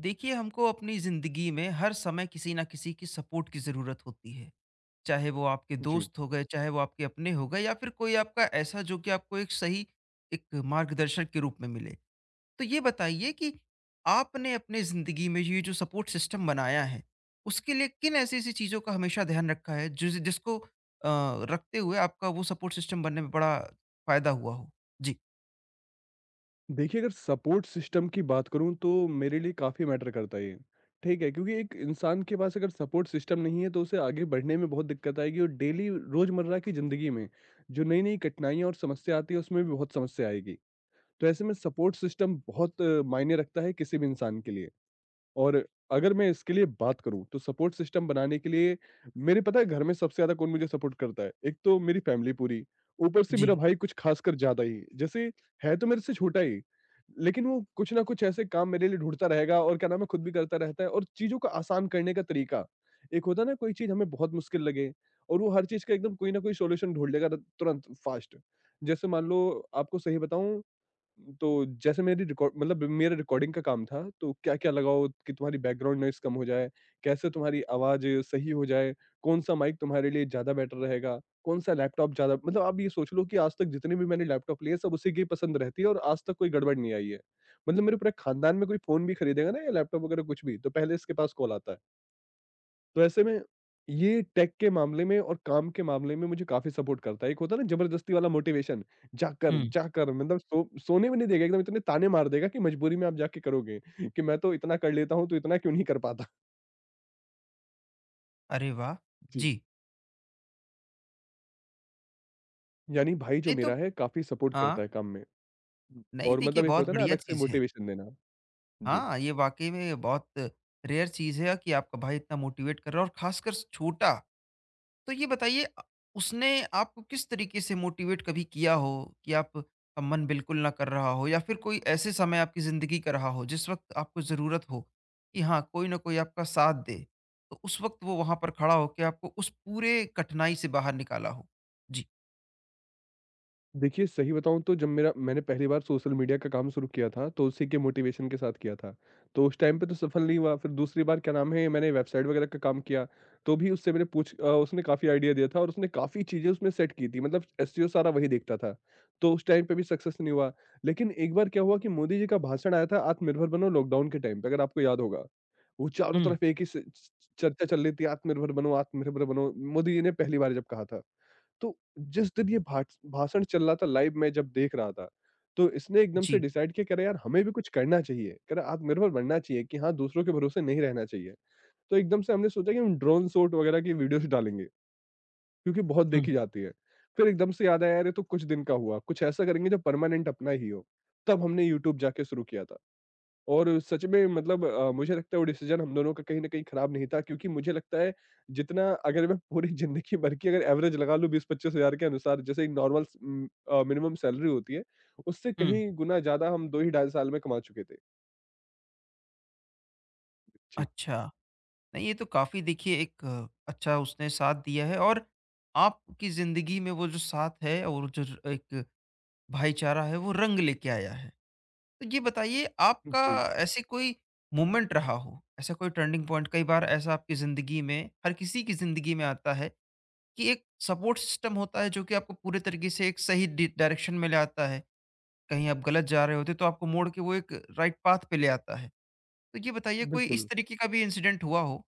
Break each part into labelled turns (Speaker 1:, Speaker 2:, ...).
Speaker 1: देखिए हमको अपनी ज़िंदगी में हर समय किसी ना किसी की सपोर्ट की ज़रूरत होती है। चाहे वो आपके
Speaker 2: जी।
Speaker 1: दोस्त हो गए, चाहे वो आपके अपने हो गए या फिर कोई आपका ऐसा जो कि आपको एक सही एक मार्गदर्शक के रूप में मिले। तो ये बताइए कि आपने अपने ज़िंदगी में ये जो सपोर्ट सिस्टम बनाया है, उसके लिए किन ऐसी-ऐसी चीज़ों का हमेशा ध्यान रखा है जिसको रखते हुए आपका वो सपोर्ट सिस्टम बनने में बड़ा फ़ायदा हुआ हो? जी।
Speaker 2: देखिए, अगर सपोर्ट सिस्टम की बात करूँ तो मेरे लिए काफ़ी मैटर करता है ये। ठीक है, क्योंकि एक इंसान के पास अगर सपोर्ट सिस्टम नहीं है तो उसे आगे बढ़ने में बहुत दिक्कत आएगी और डेली रोज़मर्रा की ज़िंदगी में जो नई-नई कठिनाइयाँ और समस्या आती है उसमें भी बहुत समस्या आएगी। तो ऐसे में सपोर्ट सिस्टम बहुत मायने रखता है किसी भी इंसान के लिए। और अगर मैं इसके लिए बात करूँ तो सपोर्ट सिस्टम बनाने के लिए मेरे पता है घर में सबसे ज़्यादा कौन मुझे सपोर्ट करता है? एक तो मेरी फैमिली पूरी, ऊपर से मेरा
Speaker 1: जी।
Speaker 2: भाई कुछ खासकर ज़्यादा ही। जैसे है तो मेरे से छोटा ही, लेकिन वो कुछ ना कुछ ऐसे काम मेरे लिए ढूँढता रहेगा और क्या नाम है खुद भी करता रहता है और चीज़ों को आसान करने का तरीका। एक होता है ना कोई चीज़ हमें बहुत मुश्किल लगे और वो हर चीज़ का एकदम कोई ना कोई सॉल्यूशन ढूँढ लेगा र तुरंत फास्ट। जैसे मान लो आपको सही बताऊँ तो जैसे मेरी रिकॉर्ड मतलब मेरा रिकॉर्डिंग का काम था, तो क्या-क्या लगाओ कि तुम्हारी बैकग्राउंड नॉइज़ कम हो जाए, कैसे तुम्हारी आवाज़ सही हो जाए, कौन-सा माइक तुम्हारे लिए ज़्यादा बेटर रहेगा, कौन-सा लैपटॉप ज़्यादा मतलब आप ये सोच लो कि आज तक जितने भी मैंने लैपटॉप लिए, सब उसी की पसंद रहती है और आज तक कोई गड़बड़ नहीं आई है। मतलब मेरे पूरे खानदान में कोई फ़ोन भी खरीदेगा ना या लैपटॉप वगैरह कुछ भी, तो पहले इसके पास कॉल आता है। तो ऐसे में ये टेक के मामले में और काम के मामले में मुझे काफ़ी सपोर्ट करता है। एक होता है ना ज़बरदस्ती वाला मोटिवेशन, जाकर
Speaker 1: हुँ।
Speaker 2: जाकर मतलब सोने भी नहीं देगा एकदम इतने ताने मार देगा कि मजबूरी में आप जाके करोगे कि मैं तो इतना कर लेता हूँ, तू इतना क्यों नहीं कर पाता?
Speaker 1: अरे वाह!
Speaker 2: जी।
Speaker 1: जी।
Speaker 2: यानी भाई जो
Speaker 1: नहीं तो
Speaker 2: मेरा है काफ़ी सपोर्ट
Speaker 1: हाँ।
Speaker 2: करता है काम में।
Speaker 1: नहीं,
Speaker 2: और
Speaker 1: देखिए
Speaker 2: मतलब एक
Speaker 1: बहुत
Speaker 2: होता है ना
Speaker 1: बढ़िया
Speaker 2: अलग से
Speaker 1: चीज़ है।
Speaker 2: मोटिवेशन देना। जी।
Speaker 1: हाँ, ये वाक़ई में बहुत रेयर चीज़ है कि आपका भाई इतना मोटिवेट कर रहा है और ख़ासकर छोटा। तो ये बताइए उसने आपको किस तरीके से मोटिवेट कभी किया हो कि आपका मन बिल्कुल ना कर रहा हो या फिर कोई ऐसे समय आपकी ज़िंदगी का रहा हो जिस वक़्त आपको ज़रूरत हो कि हाँ, कोई ना कोई आपका साथ दे? तो उस वक़्त वो वहाँ पर खड़ा होके आपको उस पूरे कठिनाई से बाहर निकाला हो? जी।
Speaker 2: देखिए, सही बताऊँ तो जब मेरा मैंने पहली बार सोशल मीडिया का काम शुरू किया था, तो उसी के मोटिवेशन के साथ किया था। तो उस टाइम पे तो सफल नहीं हुआ, फिर दूसरी बार क्या नाम है, मैंने वेबसाइट वगैरह का काम किया, तो भी उससे मैंने उसने काफ़ी आइडिया दिया था और उसने काफ़ी चीज़ें उसमें सेट की थी, मतलब एसईओ सारा वही देखता था। तो उस टाइम पे भी सक्सेस नहीं हुआ। लेकिन एक बार क्या हुआ कि मोदी जी का भाषण आया था, आत्मनिर्भर बनो लॉकडाउन के टाइम पे, अगर आपको याद होगा। वो चारों
Speaker 1: हुँ।
Speaker 2: तरफ एक ही स च चर्चा चल रही थी, आत्मनिर्भर बनो, मोदी जी ने पहली बार जब कहा था। तो जिस दिन ये भाट्स भाषण चल रहा था लाइव मैं जब देख रहा था, तो इसने एकदम से
Speaker 1: जी।
Speaker 2: डिसाइड किया कह रहा है यार हमें भी कुछ करना चाहिए। कह रहा आत्मनिर्भर बनना चाहिए कि हाँ, दूसरों के भरोसे नहीं रहना चाहिए। तो एकदम से हमने सोचा कि हम ड्रोन शॉट वगैरह की वीडियोज़ डालेंगे, क्योंकि बहुत
Speaker 1: हुँ,
Speaker 2: देखी जाती है। फिर एकदम से याद आया अरे! ये तो कुछ दिन का हुआ, कुछ ऐसा करेंगे जो परमानेंट अपना ही हो। तब हमने यूट्यूब जाके शुरू किया था। और सच में मतलब मुझे लगता है वो डिसीज़न हम दोनों का कहीं न कहीं खराब नहीं था क्योंकि मुझे लगता है जितना अगर मैं पूरी ज़िंदगी भर की अगर एवरेज लगा लूँ 20-25 हज़ार के अनुसार जैसे एक नॉर्मल मिनिमम सैलरी होती है, उससे
Speaker 1: हुँ।
Speaker 2: कहीं गुना ज़्यादा हम 2 ही ढाई साल में कमा चुके थे। जी।
Speaker 1: अच्छा। नहीं, ये तो काफ़ी, देखिए एक अच्छा उसने साथ दिया है और आपकी ज़िंदगी में वो जो साथ है और एक भाईचारा है वो रंग लेके आया है। तो ये बताइए आपका
Speaker 2: जी,
Speaker 1: ऐसे कोई मोमेंट रहा हो, ऐसा कोई टर्निंग पॉइंट कई बार ऐसा आपकी ज़िंदगी में हर किसी की ज़िंदगी में आता है कि एक सपोर्ट सिस्टम होता है जो कि आपको पूरे तरीके से एक सही डायरेक्शन में ले आता है। कहीं आप गलत जा रहे होते तो आपको मोड़ के वो एक राइट पाथ पे ले आता है। तो ये बताइए कोई इस
Speaker 2: बिल्कुल।
Speaker 1: तरीके का भी इंसिडेंट हुआ हो?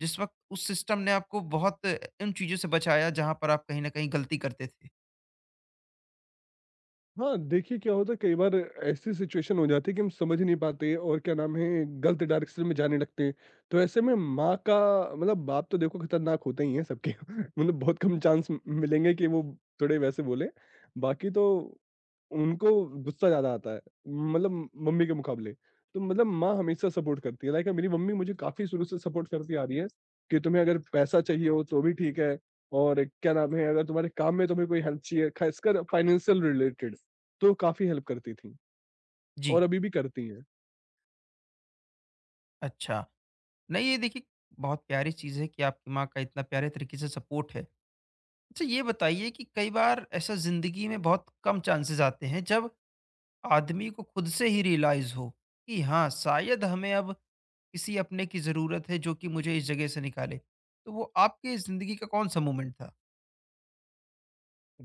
Speaker 1: जिस वक़्त उस सिस्टम ने आपको बहुत उन चीज़ों से बचाया जहाँ पर आप कहीं न कहीं गलती करते थे?
Speaker 2: हाँ, देखिए क्या होता है कई बार ऐसी सिचुएशन हो जाती है कि हम समझ नहीं पाते और क्या नाम है गलत डायरेक्शन में जाने लगते हैं। तो ऐसे में माँ का मतलब बाप तो देखो खतरनाक होते ही हैं सबके मतलब बहुत कम चांस मिलेंगे कि वो थोड़े वैसे बोले। बाकी तो उनको गुस्सा ज़्यादा आता है, मतलब मम्मी के मुकाबले। तो मतलब माँ हमेशा सपोर्ट करती है, लाइक मेरी मम्मी मुझे काफ़ी शुरू से सपोर्ट करती आ रही है कि तुम्हें अगर पैसा चाहिए हो तो भी ठीक है और क्या नाम है, अगर तुम्हारे काम में तुम्हें कोई हेल्प चाहिए, ख़ासकर फाइनेंशियल रिलेटेड, तो काफ़ी हेल्प करती थीं और
Speaker 1: जी,
Speaker 2: अभी भी करती हैं।
Speaker 1: अच्छा। नहीं, ये देखिए बहुत प्यारी चीज़ है कि आपकी माँ का इतना प्यारे तरीके से सपोर्ट है। अच्छा, ये बताइए कि कई बार ऐसा ज़िंदगी में बहुत कम चांसेज़ आते हैं जब आदमी को खुद से ही रियलाइज़ हो कि हाँ, शायद हमें अब किसी अपने की ज़रूरत है जो कि मुझे इस जगह से निकाले। तो वो आपके ज़िंदगी का कौन-सा मोमेंट था?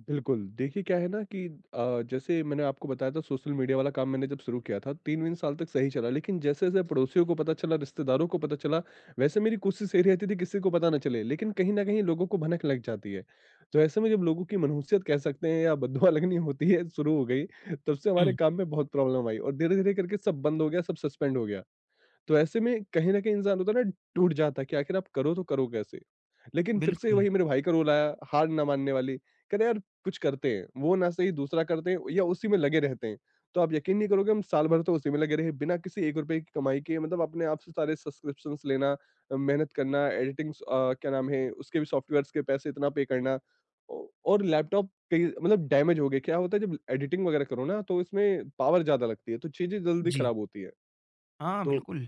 Speaker 2: बिल्कुल, देखिए क्या है ना कि जैसे मैंने आपको बताया था सोशल मीडिया वाला काम मैंने जब शुरू किया था 3-3 साल तक सही चला, लेकिन जैसे-जैसे पड़ोसियों को पता चला, रिश्तेदारों को पता चला, वैसे मेरी कोशिश यही रहती थी किसी को पता ना चले, लेकिन कहीं न कहीं लोगों को भनक लग जाती है। तो ऐसे में जब लोगों की मनहूसियत कह सकते हैं या बददुआ लगनी होती है शुरू हो गई, तब से हमारे
Speaker 1: हुँ,
Speaker 2: काम में बहुत प्रॉब्लम आई और धीरे-धीरे करके सब बंद हो गया, सब सस्पेंड हो गया। तो ऐसे में कहीं न कहीं इंसान होता है ना टूट जाता है कि आखिर आप करो तो करो कैसे? लेकिन फिर से
Speaker 1: बिल्कुल।
Speaker 2: वही मेरे भाई का रोल आया हार ना मानने वाली, कह रहे यार कुछ करते हैं, वो ना सही दूसरा करते हैं या उसी में लगे रहते हैं। तो आप यकीन नहीं करोगे हम साल भर तो उसी में लगे रहे बिना किसी ₹1 की कमाई किए मतलब अपने आप से सारे सब्सक्रिप्शंस लेना मेहनत करना, एडिटिंग्स क्या नाम है उसके भी सॉफ्टवेयर्स के पैसे इतना पे करना औ और लैपटॉप कई मतलब डैमेज हो गए। क्या होता है जब एडिटिंग वगैरह करो ना तो इसमें पावर ज़्यादा लगती है, तो चीज़ें जल्दी
Speaker 1: जी।
Speaker 2: खराब होती है।
Speaker 1: हाँ,
Speaker 2: तो
Speaker 1: बिल्कुल।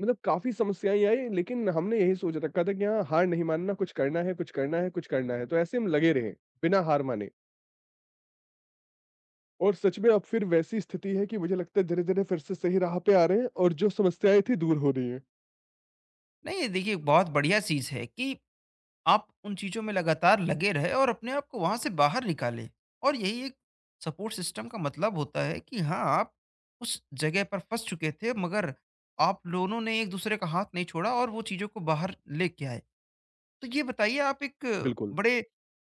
Speaker 2: मतलब काफ़ी समस्याएँ आई, लेकिन हमने यही सोच रखा था कि हाँ, हार नहीं मानना, कुछ करना है, कुछ करना है, कुछ करना है। तो ऐसे हम लगे रहे, बिना हार माने और सच में अब फिर वैसी स्थिति है कि मुझे लगता है धीरे-धीरे फिर से सही राह पे आ रहे हैं और जो समस्याएँ थी दूर हो रही हैं।
Speaker 1: नहीं, ये देखिए बहुत बढ़िया चीज़ है कि आप उन चीज़ों में लगातार लगे रहे और अपने आप को वहाँ से बाहर निकालें। और यही एक सपोर्ट सिस्टम का मतलब होता है कि हाँ, आप उस जगह पर फँस चुके थे मगर आप दोनों ने एक-दूसरे का हाथ नहीं छोड़ा और वो चीज़ों को बाहर लेके आए। तो ये बताइए आप एक
Speaker 2: बिल्कुल।
Speaker 1: बड़े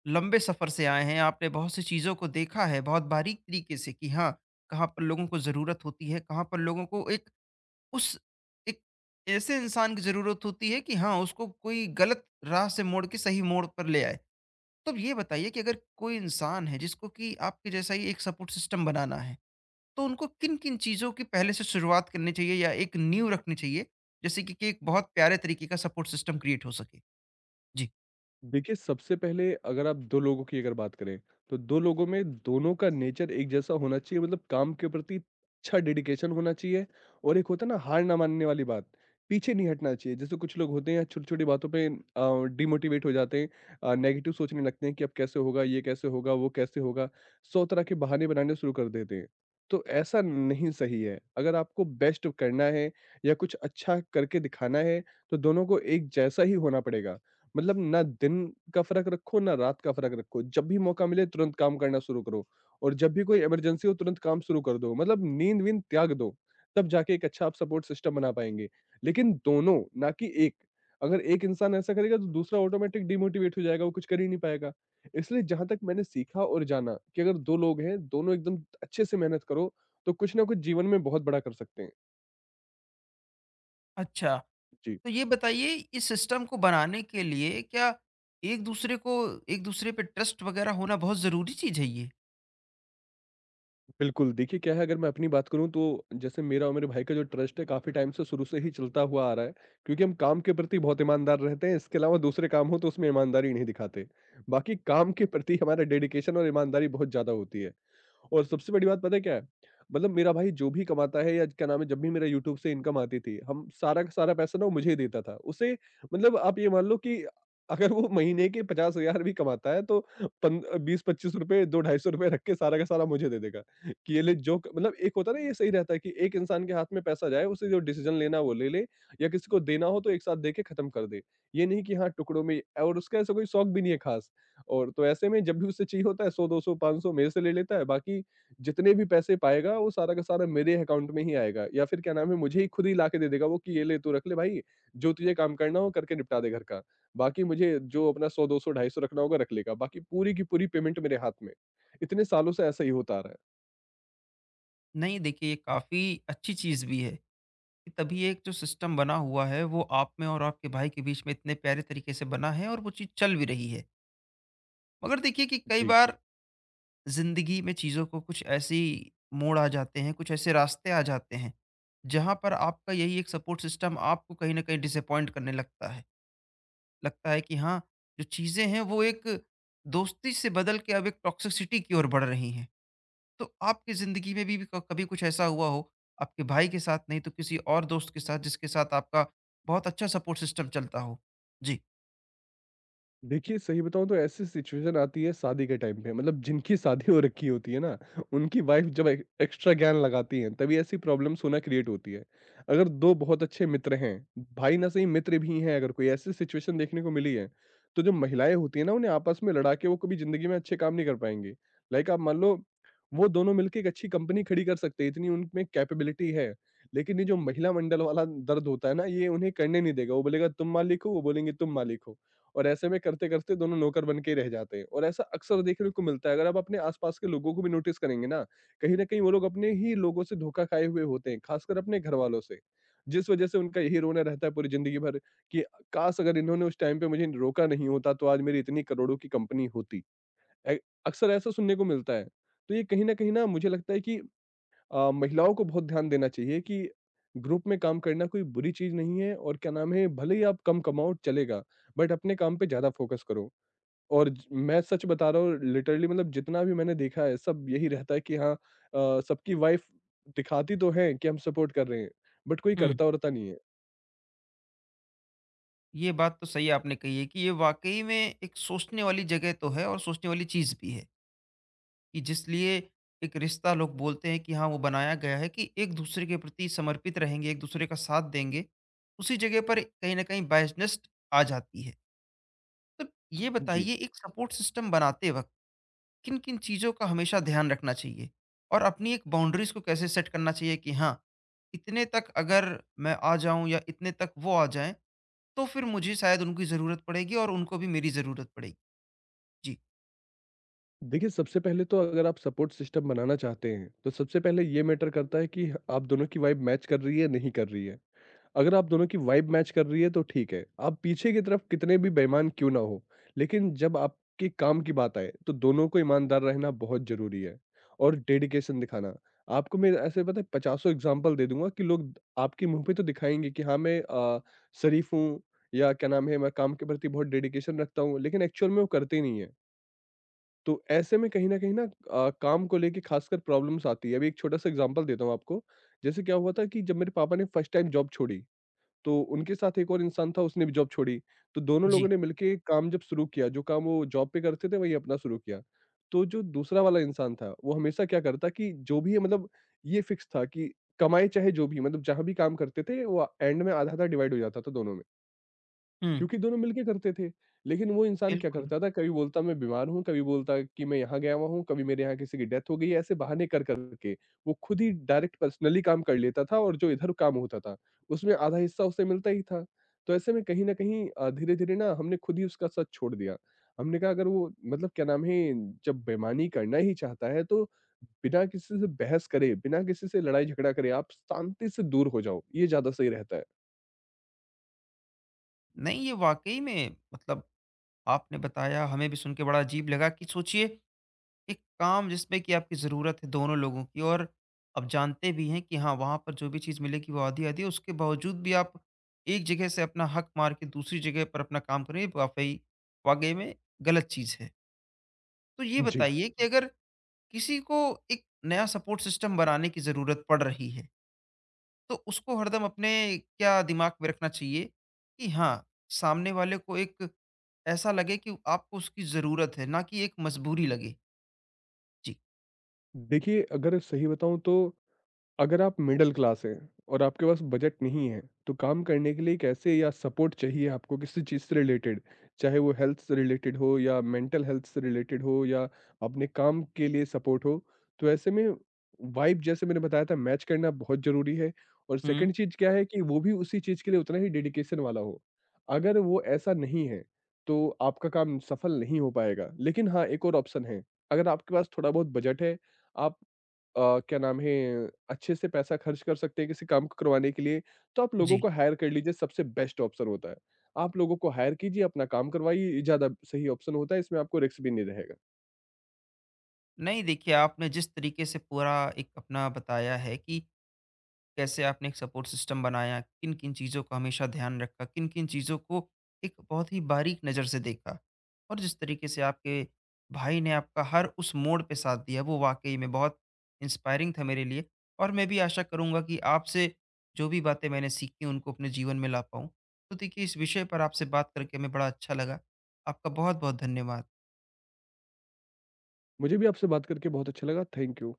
Speaker 1: लंबे सफ़र से आए हैं, आपने बहुत सी चीज़ों को देखा है बहुत बारीक तरीके से कि हाँ, कहाँ पर लोगों को ज़रूरत होती है, कहाँ पर लोगों को एक उस एक ऐसे इंसान की ज़रूरत होती है कि हाँ, उसको कोई गलत राह से मोड़ के सही मोड़ पर ले आए। तो अब ये बताइए कि अगर कोई इंसान है जिसको कि आपके जैसा ही एक सपोर्ट सिस्टम बनाना है, तो उनको किन-किन चीज़ों की पहले से शुरुआत करनी चाहिए या एक नींव रखनी चाहिए, जैसे कि एक बहुत प्यारे तरीके का सपोर्ट सिस्टम क्रिएट हो सके? जी।
Speaker 2: देखिए, सबसे पहले अगर आप 2 लोगों की अगर बात करें, तो 2 लोगों में दोनों का नेचर एक जैसा होना चाहिए मतलब काम के प्रति अच्छा डेडिकेशन होना चाहिए और एक होता है ना हार ना मानने वाली बात, पीछे नहीं हटना चाहिए। जैसे कुछ लोग होते हैं छोटी-छोटी बातों पे डिमोटिवेट हो जाते हैं नेगेटिव सोचने लगते हैं कि अब कैसे होगा, ये कैसे होगा, वो कैसे होगा, 100 तरह के बहाने बनाने शुरू कर देते हैं। तो ऐसा नहीं सही है, अगर आपको बेस्ट करना है या कुछ अच्छा करके दिखाना है, तो दोनों को एक जैसा ही होना पड़ेगा। मतलब ना दिन का फ़र्क रखो, ना रात का फ़र्क रखो, जब भी मौका मिले तुरंत काम करना शुरू करो और जब भी कोई इमरजेंसी हो तुरंत काम शुरू कर दो। मतलब नींद-वींद त्याग दो, तब जाके एक अच्छा आप सपोर्ट सिस्टम बना पाएँगे। लेकिन दोनों, ना कि एक। अगर एक इंसान ऐसा करेगा तो दूसरा ऑटोमेटिक डिमोटिवेट हो जाएगा, वो कुछ कर ही नहीं पाएगा। इसलिए जहाँ तक मैंने सीखा और जाना कि अगर 2 लोग हैं, दोनों एकदम अच्छे से मेहनत करो, तो कुछ ना कुछ जीवन में बहुत बड़ा कर सकते हैं।
Speaker 1: अच्छा।
Speaker 2: जी।
Speaker 1: तो ये बताइए इस सिस्टम को बनाने के लिए क्या एक-दूसरे को एक-दूसरे पे ट्रस्ट वग़ैरह होना बहुत ज़रूरी चीज़ है ये?
Speaker 2: बिल्कुल, देखिए क्या है अगर मैं अपनी बात करूँ तो जैसे मेरा और मेरे भाई का जो ट्रस्ट है काफ़ी टाइम से शुरू से ही चलता हुआ आ रहा है, क्योंकि हम काम के प्रति बहुत ईमानदार रहते हैं, इसके अलावा दूसरे काम हो तो उसमें ईमानदारी नहीं दिखाते। बाकी काम के प्रति हमारा डेडिकेशन और ईमानदारी बहुत ज़्यादा होती है। और सबसे बड़ी बात पता है क्या है? मतलब मेरा भाई जो भी कमाता है या क्या नाम है जब भी मेरा यूट्यूब से इनकम आती थी, हम सारा का सारा पैसा ना वो मुझे ही देता था। उसे मतलब आप ये मान लो कि अगर वो महीने के 50,000 भी कमाता है तो पन 20-25 रुपए, 2-250 रुपए रख के सारा का सारा मुझे दे देगा कि ये ले। जो क मतलब एक होता है ना, ये सही रहता है कि एक इंसान के हाथ में पैसा जाए, उसे जो डिसीज़न लेना है वो ले ले या किसी को देना हो तो एक साथ दे के खत्म कर दे। ये नहीं कि हाँ टुकड़ों में, और उसका ऐसा कोई शौक भी नहीं है खास। और तो ऐसे में जब भी उसे चाहिए होता है 100, 200, 500 मेरे से ले लेता है। बाकी जितने भी पैसे पाएगा वो सारा का सारा मेरे अकाउंट में ही आएगा या फिर क्या नाम है मुझे ही खुद ही लाके दे देगा वो कि ये ले तू रख ले भाई, जो तुझे काम करना हो करके निपटा दे घर का। बाकी मुझे जो अपना सौ दो सौ ढाई सौ रखना होगा रख लेगा, बाकी पूरी की पूरी पेमेंट मेरे हाथ में। इतने सालों से ऐसा ही होता आ रहा है।
Speaker 1: नहीं, देखिए ये काफ़ी अच्छी चीज़ भी है। कि तभी एक जो सिस्टम बना हुआ है वो आप में और आपके भाई के बीच में इतने प्यारे तरीके से बना है और वो चीज़ चल भी रही है। मगर देखिए कि कई
Speaker 2: जी।
Speaker 1: बार ज़िंदगी में चीज़ों को कुछ ऐसी मोड़ आ जाते हैं, कुछ ऐसे रास्ते आ जाते हैं, जहाँ पर आपका यही एक सपोर्ट सिस्टम आपको कहीं न कहीं डिसअपॉइंट करने लगता है। लगता है कि हाँ, जो चीज़ें हैं वो एक दोस्ती से बदल के अब एक टॉक्सिसिटी की ओर बढ़ रही हैं। तो आपकी ज़िंदगी में भी क कभी कुछ ऐसा हुआ हो, आपके भाई के साथ नहीं तो किसी और दोस्त के साथ जिसके साथ आपका बहुत अच्छा सपोर्ट सिस्टम चलता हो? जी।
Speaker 2: देखिए सही बताऊं तो ऐसी सिचुएशन आती है शादी के टाइम पे, मतलब जिनकी शादी हो रखी होती है ना, उनकी वाइफ जब एक्स्ट्रा ज्ञान लगाती हैं तभी ऐसी प्रॉब्लम्स होना क्रिएट होती है। अगर दो बहुत अच्छे मित्र हैं, भाई ना सही मित्र भी हैं, अगर कोई ऐसी सिचुएशन देखने को मिली है तो जो महिलाएं होती है ना उन्हें आपस में लड़ा के, वो कभी जिंदगी में अच्छे काम नहीं कर पाएंगे। लाइक आप मान लो, वो दोनों मिलकर एक अच्छी कंपनी खड़ी कर सकते हैं, इतनी उनमें कैपेबिलिटी है। लेकिन ये जो महिला मंडल वाला दर्द होता है ना, ये उन्हें करने नहीं देगा। वो बोलेगा तुम मालिक हो, वो बोलेंगे तुम मालिक हो। और ऐसे में करते-करते दोनों नौकर बन के ही रह जाते हैं और ऐसा अक्सर देखने को मिलता है। अगर आप अपने आस-पास के लोगों को भी नोटिस करेंगे ना, कहीं न कहीं वो लोग अपने ही लोगों से धोखा खाए हुए होते हैं, खासकर अपने घरवालों से। जिस वजह से उनका यही रोना रहता है पूरी ज़िंदगी भर कि काश अगर इन्होंने उस टाइम पे मुझे रोका नहीं होता तो आज मेरी इतनी करोड़ों की कंपनी होती। ए अक्सर ऐसा सुनने को मिलता है। तो ये कहीं न कहीं ना मुझे लगता है कि महिलाओं को बहुत ध्यान देना चाहिए कि ग्रुप में काम करना कोई बुरी चीज नहीं है, और क्या नाम है, भले ही आप कम कमाओ चलेगा बट अपने काम पे ज्यादा फोकस करो। और मैं सच बता रहा हूँ, लिटरली मतलब जितना भी मैंने देखा है सब यही रहता है कि हाँ, सबकी वाइफ दिखाती तो है कि हम सपोर्ट कर रहे हैं बट कोई
Speaker 1: हुँ।
Speaker 2: करता वरता नहीं है।
Speaker 1: ये बात तो सही आपने कही है कि ये वाक़ई में एक सोचने वाली जगह तो है और सोचने वाली चीज़ भी है, कि जिस लिए एक रिश्ता लोग बोलते हैं कि हाँ, वो बनाया गया है कि एक-दूसरे के प्रति समर्पित रहेंगे, एक-दूसरे का साथ देंगे, उसी जगह पर कहीं न कहीं बायसनेस आ जाती है। तो ये
Speaker 2: जी।
Speaker 1: बताइए एक सपोर्ट सिस्टम बनाते वक़्त किन किन चीज़ों का हमेशा ध्यान रखना चाहिए और अपनी एक बाउंड्रीज को कैसे सेट करना चाहिए कि हाँ, इतने तक अगर मैं आ जाऊं या इतने तक वो आ जाएं तो फिर मुझे शायद उनकी ज़रूरत पड़ेगी और उनको भी मेरी ज़रूरत पड़ेगी। जी।
Speaker 2: देखिए सबसे पहले तो अगर आप सपोर्ट सिस्टम बनाना चाहते हैं तो सबसे पहले ये मैटर करता है कि आप दोनों की वाइब मैच कर रही है नहीं कर रही है। अगर आप दोनों की वाइब मैच कर रही है तो ठीक है, आप पीछे की तरफ कितने भी बेईमान क्यों ना हो, लेकिन जब आपके काम की बात आए तो दोनों को ईमानदार रहना बहुत ज़रूरी है, और डेडिकेशन दिखाना। आपको मैं ऐसे पता है पचासों एग्ज़ाम्पल दे दूँगा कि लोग आपके मुँह पे तो दिखाएँगे कि हाँ, मैं शरीफ़ हूँ या क्या नाम है, मैं काम के प्रति बहुत डेडिकेशन रखता हूँ, लेकिन एक्चुअल में वो करते ही नहीं है। तो ऐसे में कहीं न कहीं ना काम को लेके खासकर प्रॉब्लम्स आती है। अभी एक छोटा-सा एग्ज़ाम्पल देता हूँ आपको। जैसे क्या हुआ था कि जब मेरे पापा ने फर्स्ट टाइम जॉब छोड़ी तो उनके साथ एक और इंसान था, उसने भी जॉब छोड़ी। तो दोनों लोगों
Speaker 1: जी।
Speaker 2: ने मिलके काम जब शुरू किया, जो काम वो जॉब पे करते थे वही अपना शुरू किया। तो जो दूसरा वाला इंसान था वो हमेशा क्या करता कि जो भी है मतलब ये फिक्स था कि कमाए चाहे जो भी, मतलब जहाँ भी काम करते थे वो एंड में आधा-आधा डिवाइड हो जाता था दोनों में।
Speaker 1: हम्म।
Speaker 2: क्योंकि दोनों मिलके करते थे। लेकिन वो इंसान क्या
Speaker 1: बिल्कुल।
Speaker 2: करता था, कभी बोलता मैं बीमार हूँ, कभी बोलता कि मैं यहाँ गया हुआ हूँ, कभी मेरे यहाँ किसी की डेथ हो गई है, ऐसे बहाने कर कर के वो खुद ही डायरेक्ट पर्सनली काम कर लेता था, और जो इधर काम होता था, उसमें आधा हिस्सा उसे मिलता ही था। तो ऐसे में कहीं न कहीं धीरे-धीरे ना हमने खुद ही उसका साथ छोड़ दिया। हमने कहा अगर वो मतलब क्या नाम है, जब बेईमानी करना ही चाहता है तो बिना किसी से बहस करे, बिना किसी से लड़ाई-झगड़ा करे, आप शांति से दूर हो जाओ, ये ज़्यादा सही रहता है।
Speaker 1: नहीं, ये वाकई में मतलब आपने बताया हमें भी सुन के बड़ा अजीब लगा कि सोचिए एक काम जिसमें कि आपकी ज़रूरत है दोनों लोगों की और आप जानते भी हैं कि हाँ, वहाँ पर जो भी चीज़ मिलेगी वो आधी-आधी है, उसके बावजूद भी आप एक जगह से अपना हक मार के दूसरी जगह पर अपना काम कर रहे हैं, ये वाक़ई वाक़ई में गलत चीज़ है। तो ये
Speaker 2: जी।
Speaker 1: बताइए कि अगर किसी को एक नया सपोर्ट सिस्टम बनाने की ज़रूरत पड़ रही है, तो उसको हरदम अपने क्या दिमाग में रखना चाहिए कि हाँ, सामने वाले को एक ऐसा लगे कि आपको उसकी ज़रूरत है, ना कि एक मजबूरी लगे? जी।
Speaker 2: देखिए, अगर सही बताऊँ तो अगर आप मिडिल क्लास हैं और आपके पास बजट नहीं है तो काम करने के लिए कैसे, या सपोर्ट चाहिए आपको किसी चीज़ से रिलेटेड, चाहे वो हेल्थ से रिलेटेड हो या मेंटल हेल्थ से रिलेटेड हो या अपने काम के लिए सपोर्ट हो, तो ऐसे में वाइब जैसे मैंने बताया था मैच करना बहुत ज़रूरी है, और
Speaker 1: हुँ।
Speaker 2: सेकंड चीज़ क्या है कि वो भी उसी चीज़ के लिए उतना ही डेडिकेशन वाला हो। अगर वो ऐसा नहीं है तो आपका काम सफल नहीं हो पाएगा, लेकिन हाँ एक और ऑप्शन है। अगर आपके पास थोड़ा बहुत बजट है, आप क्या नाम है, अच्छे से पैसा खर्च कर सकते हैं किसी काम को करवाने के लिए, तो आप लोगों
Speaker 1: जी।
Speaker 2: को हायर कर लीजिए, सबसे बेस्ट ऑप्शन होता है। आप लोगों को हायर कीजिए, अपना काम करवाइए, ये ज़्यादा सही ऑप्शन होता है, इसमें आपको रिस्क भी नहीं रहेगा।
Speaker 1: नहीं, देखिए आपने जिस तरीके से पूरा एक अपना बताया है कि कैसे आपने एक सपोर्ट सिस्टम बनाया, किन किन चीज़ों का हमेशा ध्यान रखा, किन किन चीज़ों को एक बहुत ही बारीक नज़र से देखा और जिस तरीके से आपके भाई ने आपका हर उस मोड़ पे साथ दिया, वो वाकई में बहुत इंस्पायरिंग था मेरे लिए। और मैं भी आशा करूँगा कि आपसे जो भी बातें मैंने सीखी उनको अपने जीवन में ला पाऊँ। तो देखिए इस विषय पर आपसे बात करके हमें बड़ा अच्छा लगा। आपका बहुत बहुत धन्यवाद।
Speaker 2: मुझे भी आपसे बात करके बहुत अच्छा लगा, थैंक यू।